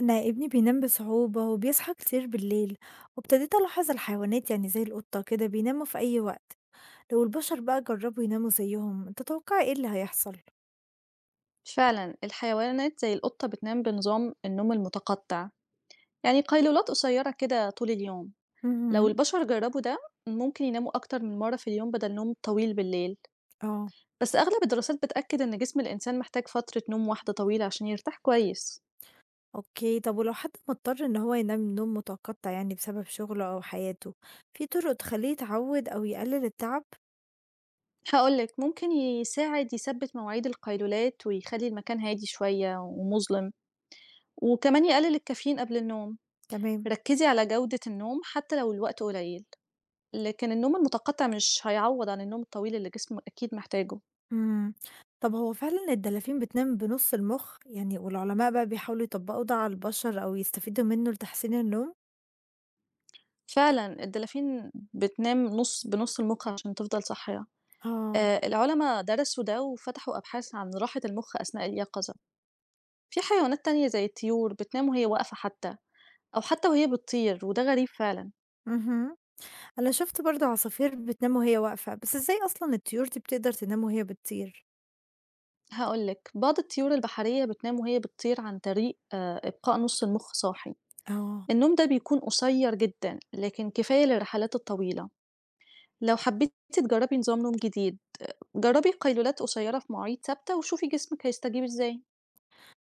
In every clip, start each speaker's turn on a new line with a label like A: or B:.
A: أنا ابني بينام بصعوبة وبيصحى كتير بالليل، وابتديت ألاحظ الحيوانات، يعني زي القطة كده بيناموا في أي وقت. لو البشر بقى جربوا يناموا زيهم، انت تتوقع ايه اللي هيحصل؟
B: فعلا الحيوانات زي القطة بتنام بنظام النوم المتقطع، يعني قيلولات قصيرة كده طول اليوم. لو
A: مهم.
B: البشر جربوا ده ممكن يناموا أكتر من مرة في اليوم بدل نوم طويل بالليل.
A: اه.
B: بس أغلب الدراسات بتأكد إن جسم الإنسان محتاج فترة نوم واحدة طويلة عشان يرتاح كويس.
A: اوكي، طب ولو حد مضطر ان هو ينام نوم متقطع يعني بسبب شغله أو حياته، في طرق تخليه يتعود أو يقلل التعب؟
B: هقولك ممكن يساعد يثبت مواعيد القيلولات ويخلي المكان هادي شوية ومظلم، وكمان يقلل الكافيين قبل النوم.
A: تمام.
B: ركزي على جودة النوم حتى لو الوقت قليل، لكن النوم المتقطع مش هيعوّض عن النوم الطويل اللي جسمه أكيد محتاجه.
A: مم. طب هو فعلا الدلافين بتنام بنص المخ يعني، والعلماء بقى بيحاولوا يطبقوا ده على البشر أو يستفيدوا منه لتحسين النوم؟
B: فعلًا الدلافين بتنام نُص بنُص المُخ عشان تفضل صاحية.
A: اه.
B: العُلما درسوا ده وفتحوا أبحاث عن راحة المُخ أثناء اليقظة. في حيوانات تانية زي الطيور بتنام وهي واقفة حتّى، أو حتّى وهي بتطير وده غريب فعلًا.
A: مهم. أنا شُفت برضه عصافير بتنام وهي واقفة، بس إزاي أصلًا الطيور دي بتقدر تنام وهي بتطير؟
B: هاقول لك، بعض الطيور البحرية بتنام وهي بتطير عن طريق إبقاء نُص المُخ صاحي.
A: آه.
B: النوم ده بيكون قصيّر جدًا، لكن كفاية للرحلات الطويلة. لو حبّيتِ تجرّبي نظام نوم جديد، جرّبي قيلولات قصيّرة في مواعيد ثابتة وشوفي جسمِك هيستجيب إزاي.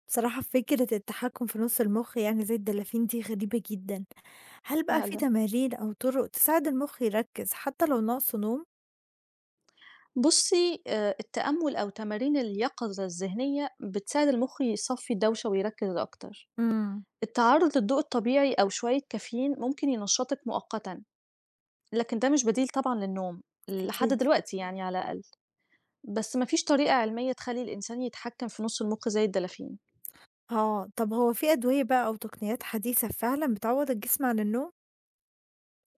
A: بصراحة فكرة التحكم في نُص المُخ يعني زي الدلافين دي غريبة جدًا. هل بقى في
B: فعلًا.
A: تمارين أو طُرق تساعد المُخ يركّز حتى لو ناقصه نوم؟
B: بُصّي، التأمُّل أو تمارين اليقظة الذهنية بتساعد المُخ يصفّي الدوشة ويركّز أكتر.
A: إمم.
B: التعرُّض للضوء الطبيعي أو شوية كافيين ممكن ينشّطِك مؤقتًا، لكن ده مش بديل طبعًا للنوم، لحد
A: أكيد.
B: دلوقتي يعني على الأقل. بس ما فيش طريقة علمية تخلّي الإنسان يتحكّم في نُص المُخ زي الدلافين.
A: آه، طب هو في أدوية بقى أو تقنيات حديثة فعلًا بتعوّض الجسم عن النوم؟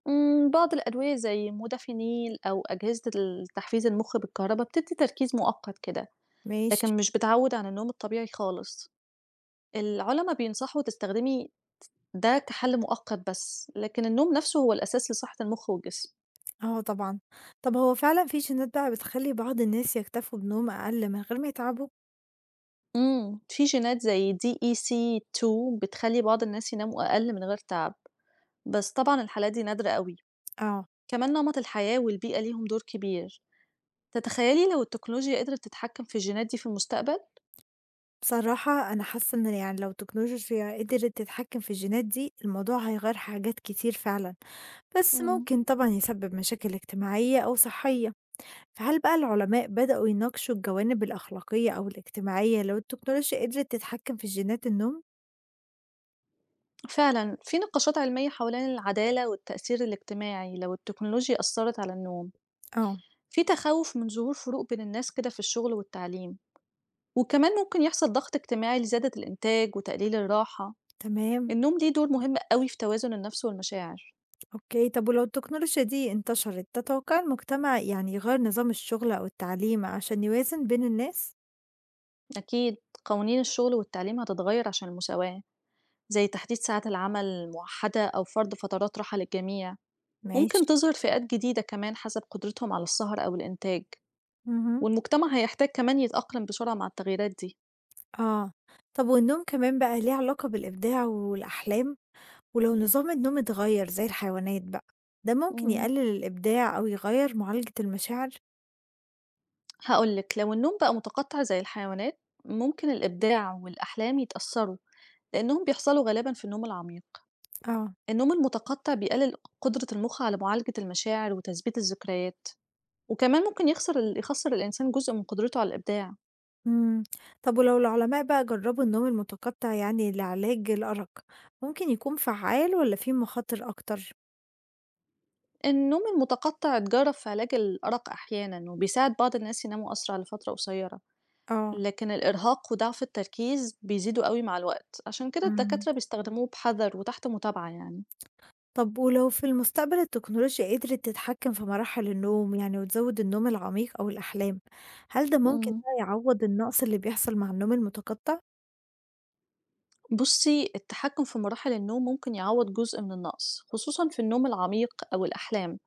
B: إمم، بعض الأدوية زي مودافينيل أو أجهزة ال تحفيز المُخ بالكهربا بتدّي تركيز مؤقت كده.
A: ماشي.
B: لكن مش بتعوّد عن النوم الطبيعي خالص. العُلَما بينصحوا تستخدمي ده كحل مؤقت بس، لكن النوم نَفْسه هو الأساس لصحّة المُخ والجسم.
A: آه طبعًا. طب هو فعلًا في جينات بقى بتخلّي بعض الناس يكتفوا بنوم أقل من غير ما يتعبوا؟
B: إمم، في جينات زي DEC2 بتخلّي بعض الناس يناموا أقل من غير تعب، بس طبعًا الحالات دي نادرة أوي.
A: آه.
B: كمان نمط الحياة والبيئة ليهم دور كبير. تتخيّلي لو التكنولوجيا قدرت تتحكّم في الجينات دي في المستقبل؟
A: بصراحة أنا حاسة إن يعني لو التكنولوجيا قدرت تتحكم في الجينات دي، الموضوع هيغير حاجات كتير فعلا، بس
B: إمم،
A: ممكن طبعا يسبب مشاكل اجتماعية أو صحية. فهل بقى العلماء بدأوا يناقشوا الجوانب الأخلاقية أو الاجتماعية لو التكنولوجيا قدرت تتحكم في جينات النوم؟
B: فعلًا في نقاشات علمية حوالين العدالة والتأثير الاجتماعي لو التكنولوجيا أثّرت على النوم.
A: اه.
B: في تخوف من ظهور فروق بين الناس كده في الشغل والتعليم، وكمان ممكن يحصل ضغط اجتماعي لزيادة الإنتاج وتقليل الراحة.
A: تمام.
B: النوم ليه دور مهم قوي في توازن النفس والمشاعر.
A: اوكي، طب ولو التكنولوجيا دي انتشرت، تتوقع المجتمع يعني يغير نظام الشغل أو التعليم عشان يوازن بين الناس؟
B: أكيد، قوانين الشغل والتعليم هتتغير عشان المساواة، زي تحديد ساعات العمل الموحدة أو فرض فترات راحة للجميع.
A: ماشي.
B: ممكن تظهر فئات جديدة كمان حسب قدرتهم على السهر أو الإنتاج.
A: مهم.
B: والمجتمع هيحتاج كمان يتأقلم بسرعة مع التغييرات دي.
A: آه، طب والنوم كمان بقى ليه علاقة بالإبداع والأحلام؟ ولو نظام النوم اتغيّر زي الحيوانات بقى، ده ممكن
B: مم.
A: يقلل الإبداع أو يغيّر معالجة المشاعر؟
B: هاقول لِك، لو النوم بقى متقطع زي الحيوانات، ممكن الإبداع والأحلام يتأثّروا، لإنهم بيحصلوا غالبًا في النوم العميق.
A: آه.
B: النوم المتقطع بيقلل قدرة المخ على معالجة المشاعر وتثبيت الذكريات، وكمان ممكن يخسر ال يخسّر الإنسان جزء من قدرته على الإبداع.
A: إمم، طب ولو العلماء بقى جرّبوا النوم المتقطع يعني لعلاج الأرق، ممكن يكون فعّال والّا فيه مخاطر أكتر؟
B: النوم المتقطع اتجرّب في علاج الأرق أحيانًا، وبيساعد بعض الناس يناموا أسرع لفترة قصيرة،
A: آه.
B: لكن الإرهاق وضعف التركيز بيزيدوا أوي مع الوقت، عشان كده
A: إمم،
B: الدكاترة بيستخدموه بحذر وتحت متابعة يعني.
A: طب ولو في المستقبل التكنولوجيا قدرت تتحكم في مراحل النوم يعني وتزوّد النوم العميق أو الأحلام، هل ده ممكن
B: إمم.
A: بقى يعوّض النقص اللي بيحصل مع النوم المتقطع؟
B: بُصّي، التحكم في مراحل النوم ممكن يعوّض جزء من النقص، خصوصًا في النوم العميق أو الأحلام،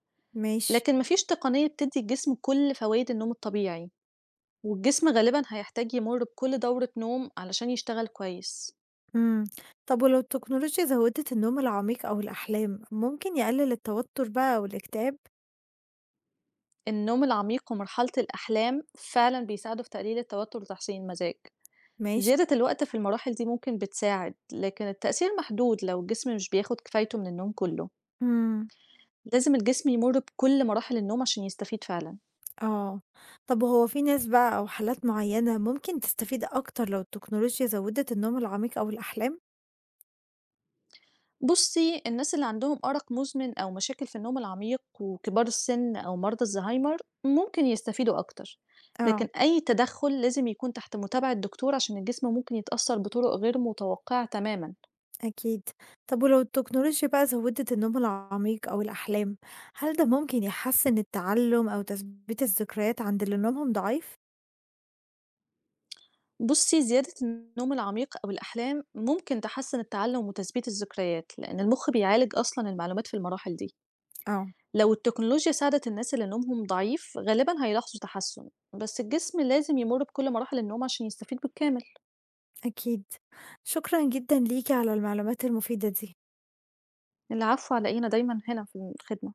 A: ماشي.
B: لكن ما فيش تقنية بتدّي الجسم كل فوايد النوم الطبيعي، والجسم غالبًا هيحتاج يمُر بكل دورة نوم علشان يشتغل كويس.
A: إمم. طب ولو التكنولوجيا زوّدت النوم العميق أو الأحلام، ممكن يقلل التوتر بقى أو الاكتئاب؟
B: النوم العميق ومرحلة الأحلام فعلًا بيساعدوا في تقليل التوتر وتحسين المزاج.
A: ماشي.
B: زيادة الوقت في المراحل دي ممكن بتساعد، لكن التأثير محدود لو الجسم مش بياخد كفايته من النوم كله.
A: إمم.
B: لازم الجسم يمُر بكل مراحل النوم عشان يستفيد فعلًا.
A: آه. طب وهو في ناس بقى أو حالات معيّنة ممكن تستفيد أكتر لو التكنولوجيا زوّدت النوم العميق أو الأحلام؟
B: بُصّي، الناس اللي عندهم أرق مزمن أو مشاكل في النوم العميق وكبار السن أو مرضى الزهايمر ممكن يستفيدوا أكتر، لكن
A: آه.
B: أي تدخُّل لازم يكون تحت متابعة دكتور عشان الجسم ممكن يتأثّر بطرق غير متوقعة تمامًا.
A: أكيد. طب ولو التكنولوجيا بقى زوّدت النوم العميق أو الأحلام، هل ده ممكن يحسّن التعلُّم أو تثبيت الذكريات عند اللي نومهم ضعيف؟
B: بُصّي، زيادة النوم العميق أو الأحلام ممكن تحسّن التعلُّم وتثبيت الذكريات، لإن المُخ بيعالج أصلًا المعلومات في المراحل دي.
A: آه.
B: لو التكنولوجيا ساعدت الناس اللي نومهم ضعيف غالبًا هيلاحظوا تحسُّن، بس الجسم لازم يمُر بكل مراحل النوم عشان يستفيد بالكامل.
A: أكيد. شكرًا جدًا ليكِ على المعلومات المفيدة دي.
B: العفو على إيه، أنا دايمًا هنا في الخدمة.